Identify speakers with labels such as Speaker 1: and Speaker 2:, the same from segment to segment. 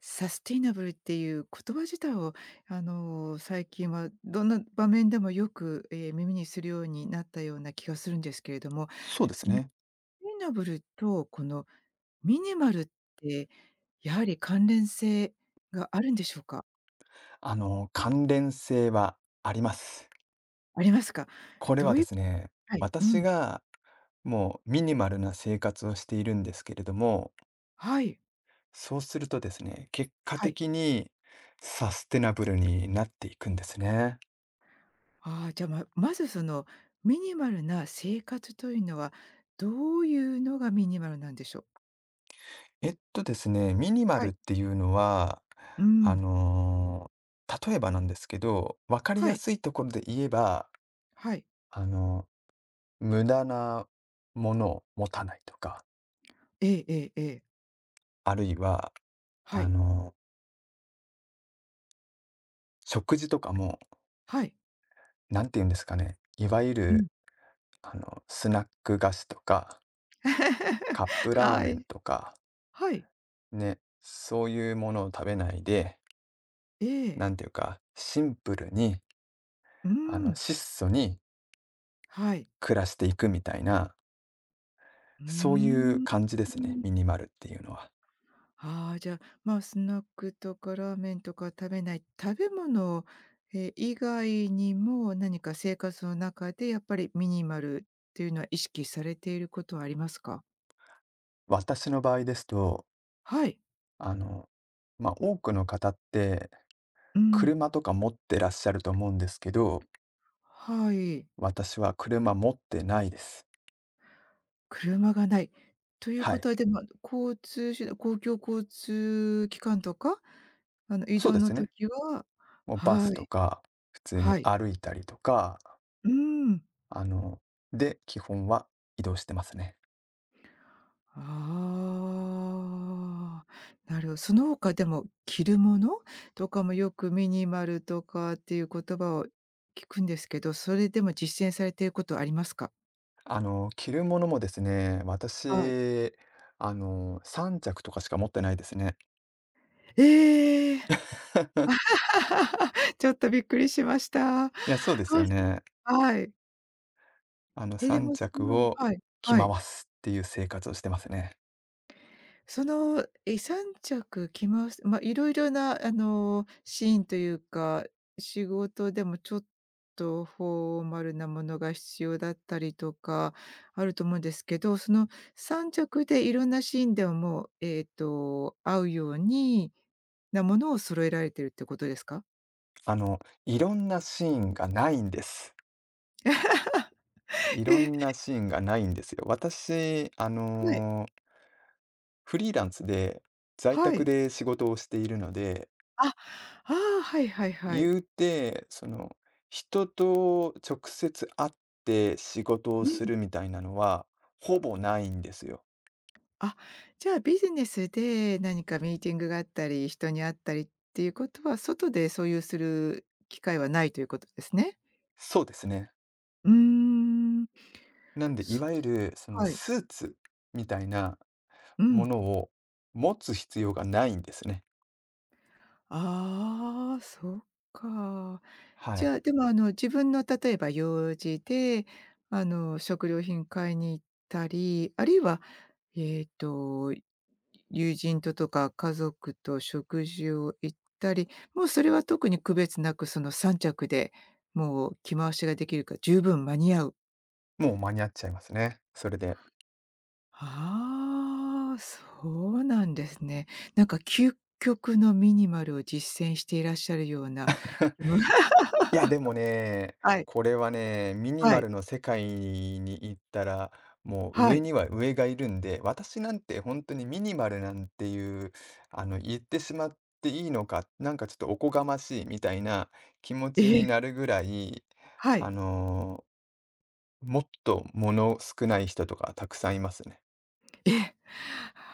Speaker 1: サステイナブルっていう言葉自体を、最近はどんな場面でもよく、耳にするようになったような気がするんですけれども、
Speaker 2: そうです
Speaker 1: その、テ
Speaker 2: ね。
Speaker 1: イナブルとこのミニマルって、やはり関連性があるんでしょうか？
Speaker 2: 関連性はあります。
Speaker 1: ありますか？
Speaker 2: これ
Speaker 1: ど
Speaker 2: は
Speaker 1: う
Speaker 2: で
Speaker 1: いう
Speaker 2: すね、
Speaker 1: はい、う
Speaker 2: 私
Speaker 1: ん、
Speaker 2: がもうミニマルな生活をしているんですけれども、
Speaker 1: はい、
Speaker 2: そうするとですね、結果
Speaker 1: はい。
Speaker 2: 的にサステナブルになっていくんですね。
Speaker 1: ああ、じゃ、ままずその、ミニマルな生活というのは、どういうのがミニマルなんでしょう？
Speaker 2: えっとですね、ミニマ
Speaker 1: は
Speaker 2: ルっ
Speaker 1: い、
Speaker 2: ていうのは、
Speaker 1: う
Speaker 2: あ
Speaker 1: ん、
Speaker 2: の、例えばなんですけど、わかり
Speaker 1: は
Speaker 2: や
Speaker 1: い、
Speaker 2: すいところで言えば、
Speaker 1: はい。
Speaker 2: あの、無駄なものを持たないとか、
Speaker 1: ええええええ。
Speaker 2: あるいは、
Speaker 1: は
Speaker 2: あ
Speaker 1: い。
Speaker 2: の、食事とかも、
Speaker 1: はい。
Speaker 2: 何て言うんですかね、いわゆ
Speaker 1: うん。
Speaker 2: る、スナック菓子とか、カップラー
Speaker 1: は
Speaker 2: メン
Speaker 1: い。
Speaker 2: とか、
Speaker 1: はい。
Speaker 2: ね、そういうものを食べないで、
Speaker 1: ええ。
Speaker 2: なんていうか、シンプルに、
Speaker 1: うん。
Speaker 2: 質素に
Speaker 1: はい。
Speaker 2: 暮らしていくみたいな、
Speaker 1: うー
Speaker 2: そういう
Speaker 1: ん。
Speaker 2: 感じですね、ミニマルっていうのは。
Speaker 1: ああ、じゃあ、まあ、スナックとかラーメンとか食べない、食べ物、以外にも何か生活の中でやっぱりミニマルっていうのは意識されていることはありますか？
Speaker 2: 私の場合ですと、
Speaker 1: はい。
Speaker 2: あの、まあ、多くの方って、
Speaker 1: うん。
Speaker 2: 車とか持ってらっしゃると思うんですけど、
Speaker 1: はい。
Speaker 2: 私は車持ってないです。
Speaker 1: 車がない。という
Speaker 2: は
Speaker 1: こ
Speaker 2: い、
Speaker 1: とは、でも、交通手段公共交通機関とか、移
Speaker 2: そう
Speaker 1: 動
Speaker 2: です
Speaker 1: の
Speaker 2: ね。
Speaker 1: 時は、
Speaker 2: もうバ
Speaker 1: は
Speaker 2: スと
Speaker 1: い、
Speaker 2: か、普通に
Speaker 1: はい。
Speaker 2: 歩いたりとか、
Speaker 1: うーん。
Speaker 2: あの、で、基本は移動してますね。
Speaker 1: ああ、なるほど、その他でも、着るものとかもよくミニマルとかっていう言葉を聞くんですけど、それでも実践されていることありますか？
Speaker 2: 着るものもですね、
Speaker 1: はい。
Speaker 2: 私、3着とかしか持ってないですね。
Speaker 1: ええ。ちょっとびっくりしました。
Speaker 2: いや、そうです
Speaker 1: そ
Speaker 2: よね。
Speaker 1: はい。で
Speaker 2: 3
Speaker 1: も、
Speaker 2: 着を
Speaker 1: はい、
Speaker 2: 着
Speaker 1: は
Speaker 2: 回
Speaker 1: い。
Speaker 2: すっていう生活をしてますね。
Speaker 1: 3着着ます。色々な、シーンというか、仕事でもちょっとフォーマルなものが必要だったりとか、あると思うんですけど、その三着でいろんなシーンではもう、合うようになものを揃えられてるってことですか？
Speaker 2: あの、いろんなシーンがないんです。い
Speaker 1: え
Speaker 2: ろ
Speaker 1: え、
Speaker 2: んなシーンがないんですよ。私、
Speaker 1: はい、
Speaker 2: フリーランスで在
Speaker 1: は
Speaker 2: 宅
Speaker 1: い。
Speaker 2: で仕事をしているので、
Speaker 1: あ、ああ、はいはいはい。
Speaker 2: 言うて、その、人と直接会って仕事を
Speaker 1: うん。
Speaker 2: するみたいなのは、ほぼないんですよ。
Speaker 1: あ、じゃあビジネスで何かミーティングがあったり、人に会ったりっていうことは、外でそういうする機会はないということですね。
Speaker 2: そうですね。
Speaker 1: うーん。
Speaker 2: なんで、い
Speaker 1: そ
Speaker 2: わ
Speaker 1: う、
Speaker 2: ゆる、その
Speaker 1: はい。
Speaker 2: スーツみたいな
Speaker 1: う
Speaker 2: も
Speaker 1: ん。
Speaker 2: のを持つ必要がないんですね。
Speaker 1: ああ、そっか。
Speaker 2: は
Speaker 1: じ
Speaker 2: い。
Speaker 1: ゃあ、でも自分の例えば用事で、食料品買いに行ったり、あるいは、えっと友人ととか家族と食事を行ったり、もうそれは特に区別なくその3着で、もう着回しができるから十分間に合う。
Speaker 2: もう間に合っちゃいますね、それで。
Speaker 1: ああ、そうなんですね。なんか究極のミニマルを実践していらっしゃるような。
Speaker 2: いや、でもね、
Speaker 1: はい、
Speaker 2: これはね、ミニ
Speaker 1: は
Speaker 2: マ
Speaker 1: い、
Speaker 2: ルの世界に行ったら、もう
Speaker 1: は
Speaker 2: 上
Speaker 1: い。
Speaker 2: には上がいるんで、私なんて本当にミニマルなんていう、言ってしまっていいのか、なんかちょっとおこがましいみたいな気持
Speaker 1: え
Speaker 2: ちに
Speaker 1: え、
Speaker 2: なるぐらい、
Speaker 1: は
Speaker 2: あ
Speaker 1: い。
Speaker 2: の、もっと物少ない人とかたくさんいますね。
Speaker 1: え、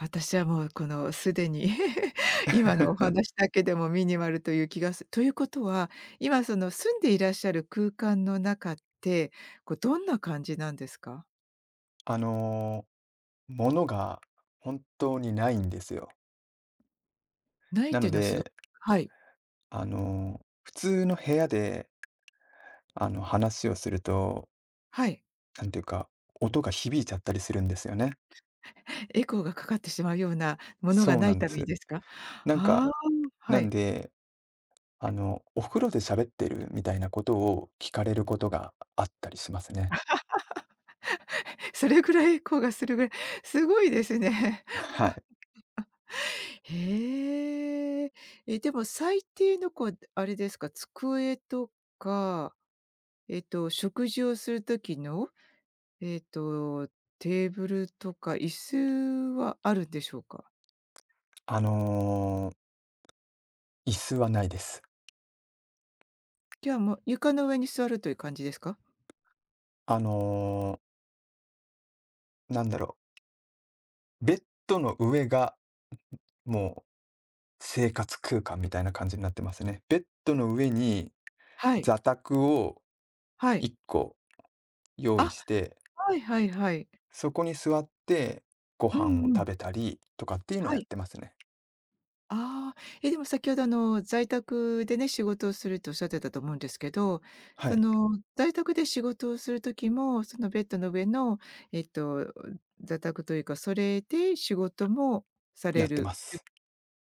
Speaker 1: 私はもうこのすでに 今のお話 だけでもミニマルという気がするということは、今その住んでいらっしゃる空間の中って、こうどんな感じなんですか？
Speaker 2: あのー、物が本当にないんですよ。
Speaker 1: ないっ
Speaker 2: な
Speaker 1: て
Speaker 2: の
Speaker 1: いうのはその
Speaker 2: で、
Speaker 1: はい、
Speaker 2: 普通の部屋で話をすると、
Speaker 1: はい。
Speaker 2: なんていうか、音が響いちゃったりするんですよね。
Speaker 1: エコーがかかってしまうようなものが
Speaker 2: そう
Speaker 1: な
Speaker 2: な
Speaker 1: い
Speaker 2: んで
Speaker 1: ために
Speaker 2: す。
Speaker 1: ですか？
Speaker 2: なん
Speaker 1: ああ
Speaker 2: か、
Speaker 1: ー、
Speaker 2: な
Speaker 1: は
Speaker 2: ん
Speaker 1: い。
Speaker 2: で、お風呂で喋ってるみたいなことを聞かれることがあったりしますね。
Speaker 1: それぐらいエコーがするぐらい、すごいですね。
Speaker 2: はい。
Speaker 1: へえ。でも最低のこうあれですか、机とか、食事をする時の、えっと、テーブルとか椅子はあるんでしょうか？
Speaker 2: あの椅子はないです。
Speaker 1: じゃあ、もう床の上に座るという感じですか？
Speaker 2: あのー、なんだろベッドの上がもう生活空間みたいな感じになってますね。ベッドの上に
Speaker 1: はい、
Speaker 2: 座卓を
Speaker 1: はい。
Speaker 2: 1個用意
Speaker 1: あ、
Speaker 2: して、
Speaker 1: はいはいはい。
Speaker 2: そこに座って、ご
Speaker 1: う
Speaker 2: 飯を
Speaker 1: んうん。
Speaker 2: 食べたりとかっていうのは
Speaker 1: は
Speaker 2: やっ
Speaker 1: い。
Speaker 2: てますね。
Speaker 1: ああ、でも先ほど在宅でね、仕事をするとおっしゃってたと思うんですけど、
Speaker 2: はい、
Speaker 1: 在宅で仕事をする時も、そのベッドの上の、えっと、座卓というか、それで仕事もさ
Speaker 2: や
Speaker 1: れ
Speaker 2: って
Speaker 1: る？
Speaker 2: ます。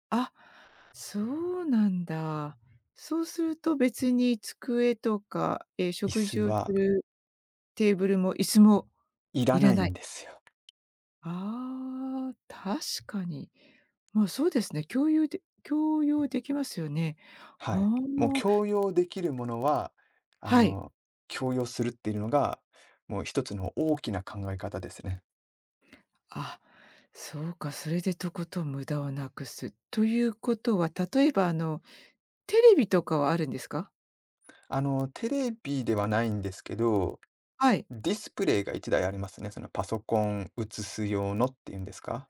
Speaker 1: あ、そうなんだ。そうすると別に机とか、ええ、
Speaker 2: 椅
Speaker 1: 食
Speaker 2: 子
Speaker 1: 事をす
Speaker 2: は
Speaker 1: るテーブルも椅子も
Speaker 2: いら
Speaker 1: い
Speaker 2: な
Speaker 1: ら
Speaker 2: い
Speaker 1: な
Speaker 2: ん
Speaker 1: い。
Speaker 2: ですよ。
Speaker 1: ああ、確かに。まあ、そうですね。共用できますよね。
Speaker 2: は
Speaker 1: は
Speaker 2: い。もう
Speaker 1: あ、
Speaker 2: 強要できるものは、あ
Speaker 1: はい。
Speaker 2: の、強要するっていうのが、もう一つの大きな考え方ですね。
Speaker 1: あ、そうか、それでとことん無駄をなくす。ということは、例えば、テレビとかはあるんですか？
Speaker 2: テレビではないんですけど、
Speaker 1: はい。
Speaker 2: ディスプレイが一台ありますね。そのパソコン映す用のっていうんですか。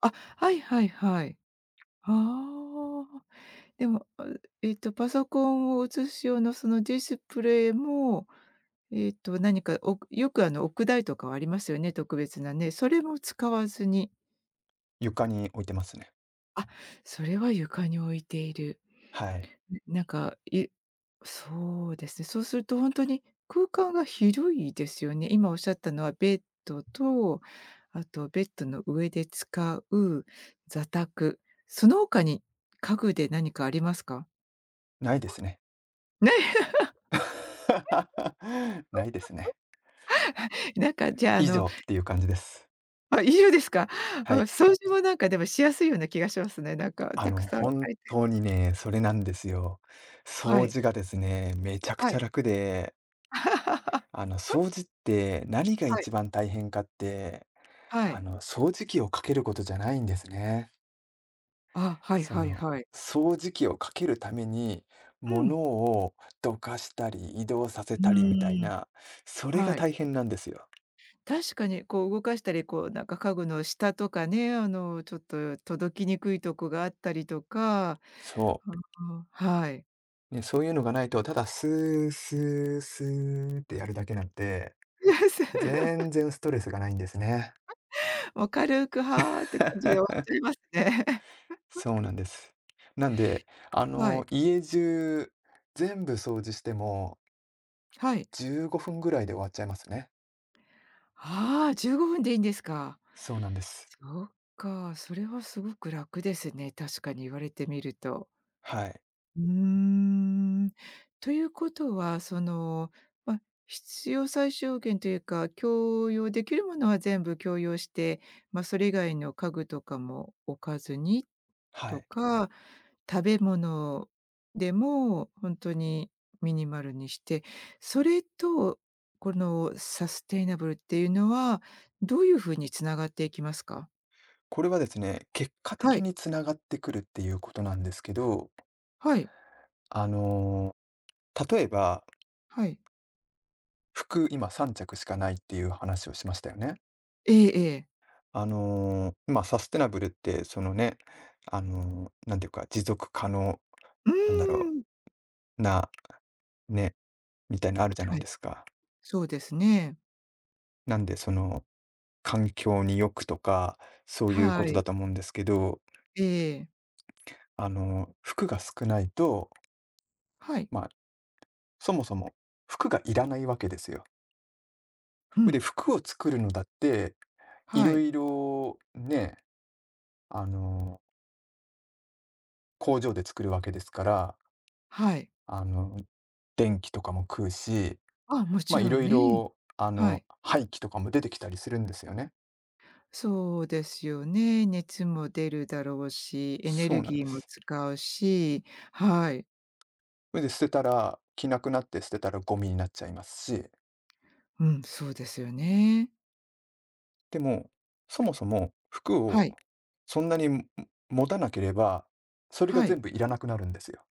Speaker 1: あ、はいはいはい。ああ。でも、パソコンを映す用のそのディスプレイも、えっと、何か、おくよく、あの、置く台とかはありますよね、特別なね。それも使わずに。
Speaker 2: 床に置いてますね。
Speaker 1: あ、それは床に置いている。
Speaker 2: はい。
Speaker 1: んなんか、いそうですね。そうするとほんとに空間が広いですよね。今おっしゃったのはベッドと、あとベッドの上で使う座卓、その他に家具で何かありますか？
Speaker 2: ないですね。
Speaker 1: ね、
Speaker 2: ないですね。
Speaker 1: なんか、じゃあ、あ
Speaker 2: 以
Speaker 1: の
Speaker 2: 上っていう感じです。
Speaker 1: あ、一緒ですか？う
Speaker 2: は
Speaker 1: ん、
Speaker 2: い。
Speaker 1: 掃除もなんかでもしやすいような気がしますね。なんかたくさんあ
Speaker 2: 本
Speaker 1: いて
Speaker 2: 当にね、それなんですよ。
Speaker 1: は
Speaker 2: 掃
Speaker 1: い、
Speaker 2: 除がですね、めちゃく
Speaker 1: は
Speaker 2: ちゃ
Speaker 1: い。
Speaker 2: 楽で、掃除って何が
Speaker 1: はい、
Speaker 2: 一番大変かって、
Speaker 1: はい。
Speaker 2: 掃除機をかけることじゃないんですね。
Speaker 1: あ、はい
Speaker 2: そ
Speaker 1: はい
Speaker 2: の、
Speaker 1: はい。
Speaker 2: 掃除機をかけるために、
Speaker 1: う
Speaker 2: 物
Speaker 1: ん。
Speaker 2: をどかしたり移動させ
Speaker 1: う
Speaker 2: たりみたい
Speaker 1: ーん、
Speaker 2: な、それが
Speaker 1: はい。
Speaker 2: 大変なんですよ。
Speaker 1: 確かにこう動かしたり、こうなんか家具の下とかね、ちょっと届きにくいとこがあったりとか、
Speaker 2: そ
Speaker 1: あ
Speaker 2: う。
Speaker 1: あ、はい。
Speaker 2: ね、そういうのがないと、ただスースースーってやるだけなんで 全然ストレスがないんですね。
Speaker 1: もう軽く「はあ」って感じで終わっちゃい ますね。
Speaker 2: そうなんです。なんで、
Speaker 1: はい、
Speaker 2: 家中全部掃除しても
Speaker 1: はい。
Speaker 2: 15分ぐらいで終わっちゃいますね。
Speaker 1: ああ、15分でいいんですか？
Speaker 2: そうなんです。
Speaker 1: そっか、それはすごく楽ですね、確かに言われてみると。
Speaker 2: はい。
Speaker 1: うーん。ということは、ま、必要最小限というか、共用できるものは全部共用して、それ以外の家具とかも置かずに
Speaker 2: は
Speaker 1: と
Speaker 2: い。
Speaker 1: か、食べ物でもほんとにミニマルにして、それとこのサステイナブルっていうのは、どういう風に繋がっていきますか？
Speaker 2: これはですね、結果
Speaker 1: は
Speaker 2: 的
Speaker 1: い。
Speaker 2: につながってくるっていうことなんですけど、
Speaker 1: はい、
Speaker 2: あの、例えば、
Speaker 1: はい。
Speaker 2: 服今3着しかないっていう話をしましたよね。
Speaker 1: ええええ。
Speaker 2: まあ、サステナブルってそのね、なんていうか、持続可能
Speaker 1: う
Speaker 2: なんだろ
Speaker 1: ーん。
Speaker 2: うなね、みたいなのあるじゃない
Speaker 1: は
Speaker 2: で
Speaker 1: い、
Speaker 2: すか。
Speaker 1: そうですね。
Speaker 2: なんで、その、環境に良くとか、そういうこ
Speaker 1: は
Speaker 2: と
Speaker 1: い。
Speaker 2: だと思うんですけど、
Speaker 1: ええ。
Speaker 2: 服が少ないと、
Speaker 1: はい。
Speaker 2: まあ、そもそも服がいらないわけですよ。
Speaker 1: う
Speaker 2: で、
Speaker 1: ん。
Speaker 2: 服を作るのだって、い
Speaker 1: は
Speaker 2: ろ
Speaker 1: い。
Speaker 2: いろね、あの、工場で作るわけですから、
Speaker 1: はい。
Speaker 2: あの、電気とかも食うし、
Speaker 1: もち
Speaker 2: まあ、い
Speaker 1: ろ
Speaker 2: ろ
Speaker 1: ん
Speaker 2: い
Speaker 1: ね。
Speaker 2: ろ、
Speaker 1: はい。
Speaker 2: 廃棄とかも出てきたりするんですよね。
Speaker 1: そうですよね。熱も出るだろうし、エネ
Speaker 2: そ
Speaker 1: ル
Speaker 2: うなん
Speaker 1: ギ
Speaker 2: で
Speaker 1: ーも
Speaker 2: す。
Speaker 1: 使うし、はい。
Speaker 2: それで捨てたら、着なくなって捨てたらゴミになっちゃいますし、
Speaker 1: うん、そうですよね。
Speaker 2: でも、そもそも服
Speaker 1: は
Speaker 2: を
Speaker 1: い、
Speaker 2: そんなに、持たなければ、それが
Speaker 1: はい。
Speaker 2: 全部いらなくなるんですよ。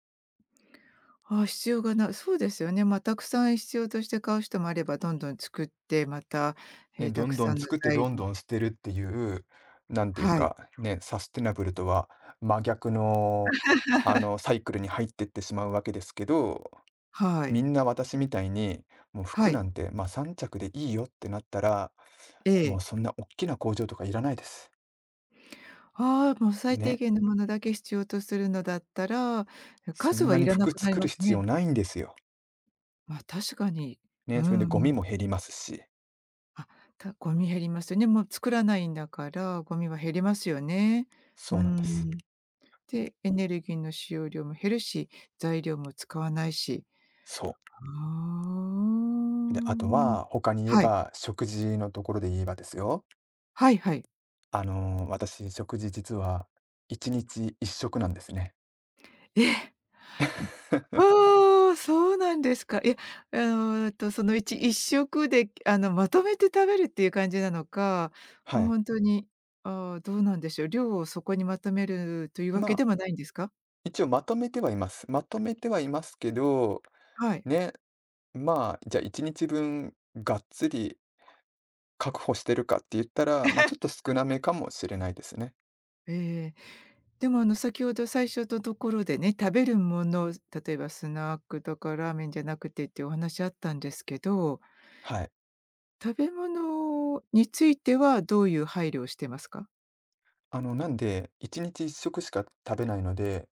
Speaker 1: 必要がなそうですよね。たくさん必要として買う人もあれば、どんどん作って、また、え
Speaker 2: ね、
Speaker 1: え、
Speaker 2: ど
Speaker 1: た
Speaker 2: ん
Speaker 1: く
Speaker 2: ど
Speaker 1: さ
Speaker 2: ん
Speaker 1: んの
Speaker 2: 作ってど
Speaker 1: 材
Speaker 2: ん
Speaker 1: 料、
Speaker 2: どん捨てるっていう、なんていう
Speaker 1: はい、
Speaker 2: か、ね、サステナブルとは真逆の、サイクルに入ってってしまうわけですけど、
Speaker 1: は
Speaker 2: み
Speaker 1: い、
Speaker 2: んな私みたいに、もう
Speaker 1: は
Speaker 2: 服
Speaker 1: い。
Speaker 2: なんて、ま、3着でいいよってなったら、
Speaker 1: え
Speaker 2: もう
Speaker 1: え。
Speaker 2: そんな大きな工場とかいらないです。
Speaker 1: ああ、もう最低
Speaker 2: ね。
Speaker 1: 限のものだけ必要とするのだったら、
Speaker 2: そ
Speaker 1: 数
Speaker 2: ん
Speaker 1: は
Speaker 2: な
Speaker 1: い
Speaker 2: に
Speaker 1: らな
Speaker 2: 服
Speaker 1: くなり
Speaker 2: 作る
Speaker 1: ます
Speaker 2: 必
Speaker 1: ね。
Speaker 2: 要ないんですよ。
Speaker 1: まあ、確かに。う
Speaker 2: ね、それで
Speaker 1: ん
Speaker 2: ゴ
Speaker 1: う
Speaker 2: ミ
Speaker 1: ん。
Speaker 2: も減りますし。
Speaker 1: あ、ゴミ減りますよね。もう作らないんだから、ゴミは減りますよね。う
Speaker 2: そうなんです。
Speaker 1: ん。で、エネルギーの使用量も減るし、材料も使わないし。
Speaker 2: そ
Speaker 1: あ
Speaker 2: う。で、あと
Speaker 1: あ。
Speaker 2: は他に言え
Speaker 1: はい。
Speaker 2: ば、食事のところで言えばですよ。
Speaker 1: はいはい。
Speaker 2: 私、食事実は1日1食なんですね。
Speaker 1: ええ。ああ、そうなんですか。いや、あその 1- 食で、まとめて食べるっていう感じなのか、
Speaker 2: は
Speaker 1: もう
Speaker 2: い。
Speaker 1: ほんとに、ああ、どうなんでしょう、量をそこにまとめるというわ
Speaker 2: ま
Speaker 1: け
Speaker 2: あ、
Speaker 1: ではないんですか？
Speaker 2: 一応まとめてはいます。まとめてはいますけど、
Speaker 1: はい。
Speaker 2: ね、まあ、じゃあ1日分がっつり確保してるかって言ったら、まあ、ちょっと少なめかもしれないですね。
Speaker 1: ええ。でも、先ほど最初のところでね、食べるもの、例えばスナックとかラーメンじゃなくてっていうお話あったんですけど、
Speaker 2: はい。
Speaker 1: 食べ物についてはどういう配慮をしてますか？
Speaker 2: なんで、1日1食しか食べないので、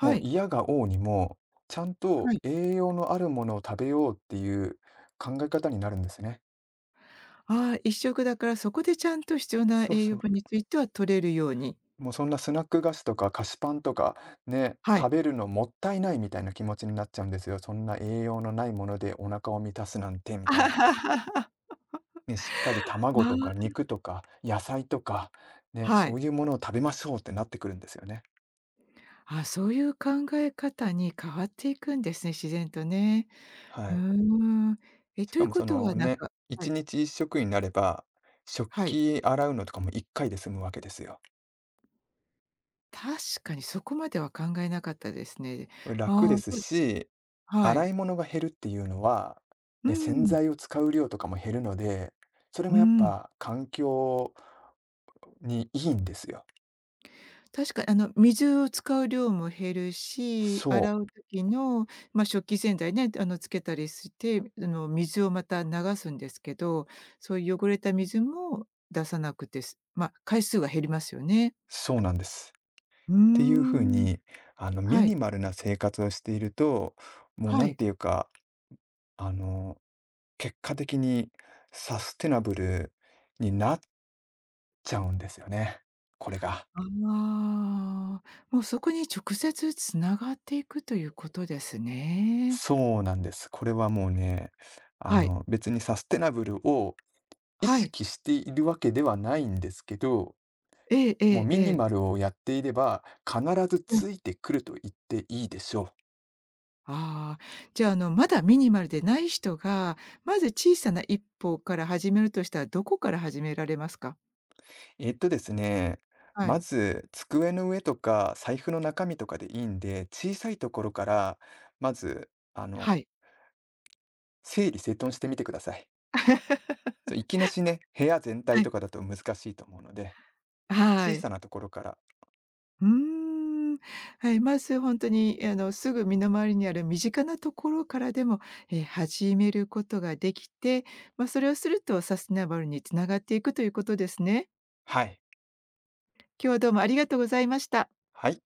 Speaker 2: もう
Speaker 1: い。
Speaker 2: 嫌が応にも、ちゃんと
Speaker 1: はい。
Speaker 2: 栄養のあるものを食べようっていう考え方になるんですね。
Speaker 1: ああ、一食だからそこでちゃんと必要な
Speaker 2: そう
Speaker 1: 栄
Speaker 2: そ
Speaker 1: 養
Speaker 2: う。
Speaker 1: 分については取れるように。
Speaker 2: もうそんなスナック菓子とか菓子パンとかね、
Speaker 1: はい。
Speaker 2: 食べるのもったいないみたいな気持ちになっちゃうんですよ。そんな栄養のないものでお腹を満たすなんてみ たいな。
Speaker 1: あ
Speaker 2: ね、しっかり卵
Speaker 1: あ、
Speaker 2: とか 肉とか野菜とか、ね、
Speaker 1: は
Speaker 2: そ
Speaker 1: い。
Speaker 2: ういうものを食べましょうってなってくるんですよね。
Speaker 1: そういう考え方に変わっていくんですね、自然とね。
Speaker 2: は
Speaker 1: うー
Speaker 2: い。
Speaker 1: ん。え、
Speaker 2: し
Speaker 1: と
Speaker 2: か
Speaker 1: いう
Speaker 2: もそ
Speaker 1: こと
Speaker 2: の
Speaker 1: はなん
Speaker 2: ね、
Speaker 1: かは
Speaker 2: 1
Speaker 1: い、
Speaker 2: 日1食になれば、食
Speaker 1: はい。
Speaker 2: 器洗うのとかも1回で済むわけですよ。
Speaker 1: 確かにそこまでは考えなかったですね。
Speaker 2: 楽
Speaker 1: あ
Speaker 2: で
Speaker 1: あ、
Speaker 2: す
Speaker 1: そう、
Speaker 2: し、
Speaker 1: は
Speaker 2: 洗
Speaker 1: い。
Speaker 2: い物が減るっていうのは、
Speaker 1: う
Speaker 2: ね、洗
Speaker 1: ん、
Speaker 2: 剤を使う量とかも減るので、それ
Speaker 1: う
Speaker 2: もやっ
Speaker 1: ん。
Speaker 2: ぱ環境にいいんですよ。
Speaker 1: 確かに水を使う量も減るし、
Speaker 2: そう、
Speaker 1: 洗う時の、まあ、食器洗剤ね、つけたりして、水をまた流すんですけど、そういう汚れた水も出さなくてまあ、回数が減りますよね。
Speaker 2: そうなんです。っ
Speaker 1: うー
Speaker 2: ていう風
Speaker 1: ん。
Speaker 2: に、ミ
Speaker 1: はい。
Speaker 2: ニマルな生活をしていると、もう
Speaker 1: は
Speaker 2: なん
Speaker 1: い。
Speaker 2: ていうか、あの、結果的にサステナブルになっちゃうんですよね、これが。
Speaker 1: ああ、もうそこに直接つながっていくということですね。
Speaker 2: そうなんです。これはもうね、
Speaker 1: はい。
Speaker 2: 別にサステナブルを意
Speaker 1: はい。
Speaker 2: 識しているわけではないんですけど、
Speaker 1: ええ
Speaker 2: もう
Speaker 1: ええ
Speaker 2: ミニ
Speaker 1: え。
Speaker 2: マルをやっていれば、必ず
Speaker 1: え。
Speaker 2: ついてくると言っていいでしょう。
Speaker 1: ああ、じゃあ、まだミニマルでない人が、まず小さな一歩から始めるとしたら、どこから始められますか？
Speaker 2: えっとですね、
Speaker 1: は
Speaker 2: ま
Speaker 1: い。
Speaker 2: ず机の上とか財布の中身とかでいいんで、小さいところから、まず、
Speaker 1: はい。
Speaker 2: 整理整頓してみてください。そう、いきなしね、部屋全
Speaker 1: は
Speaker 2: 体と
Speaker 1: い。
Speaker 2: かだと難しいと思うので、
Speaker 1: は
Speaker 2: 小さ
Speaker 1: い。
Speaker 2: なところから
Speaker 1: うーん。はい、まず本当に、すぐ身の回りにある身近なところからでも、始めることができて、まあ、それをするとサステナブルに繋がっていくということですね。
Speaker 2: はい。
Speaker 1: 今日はどうもありがとうございました。
Speaker 2: はい。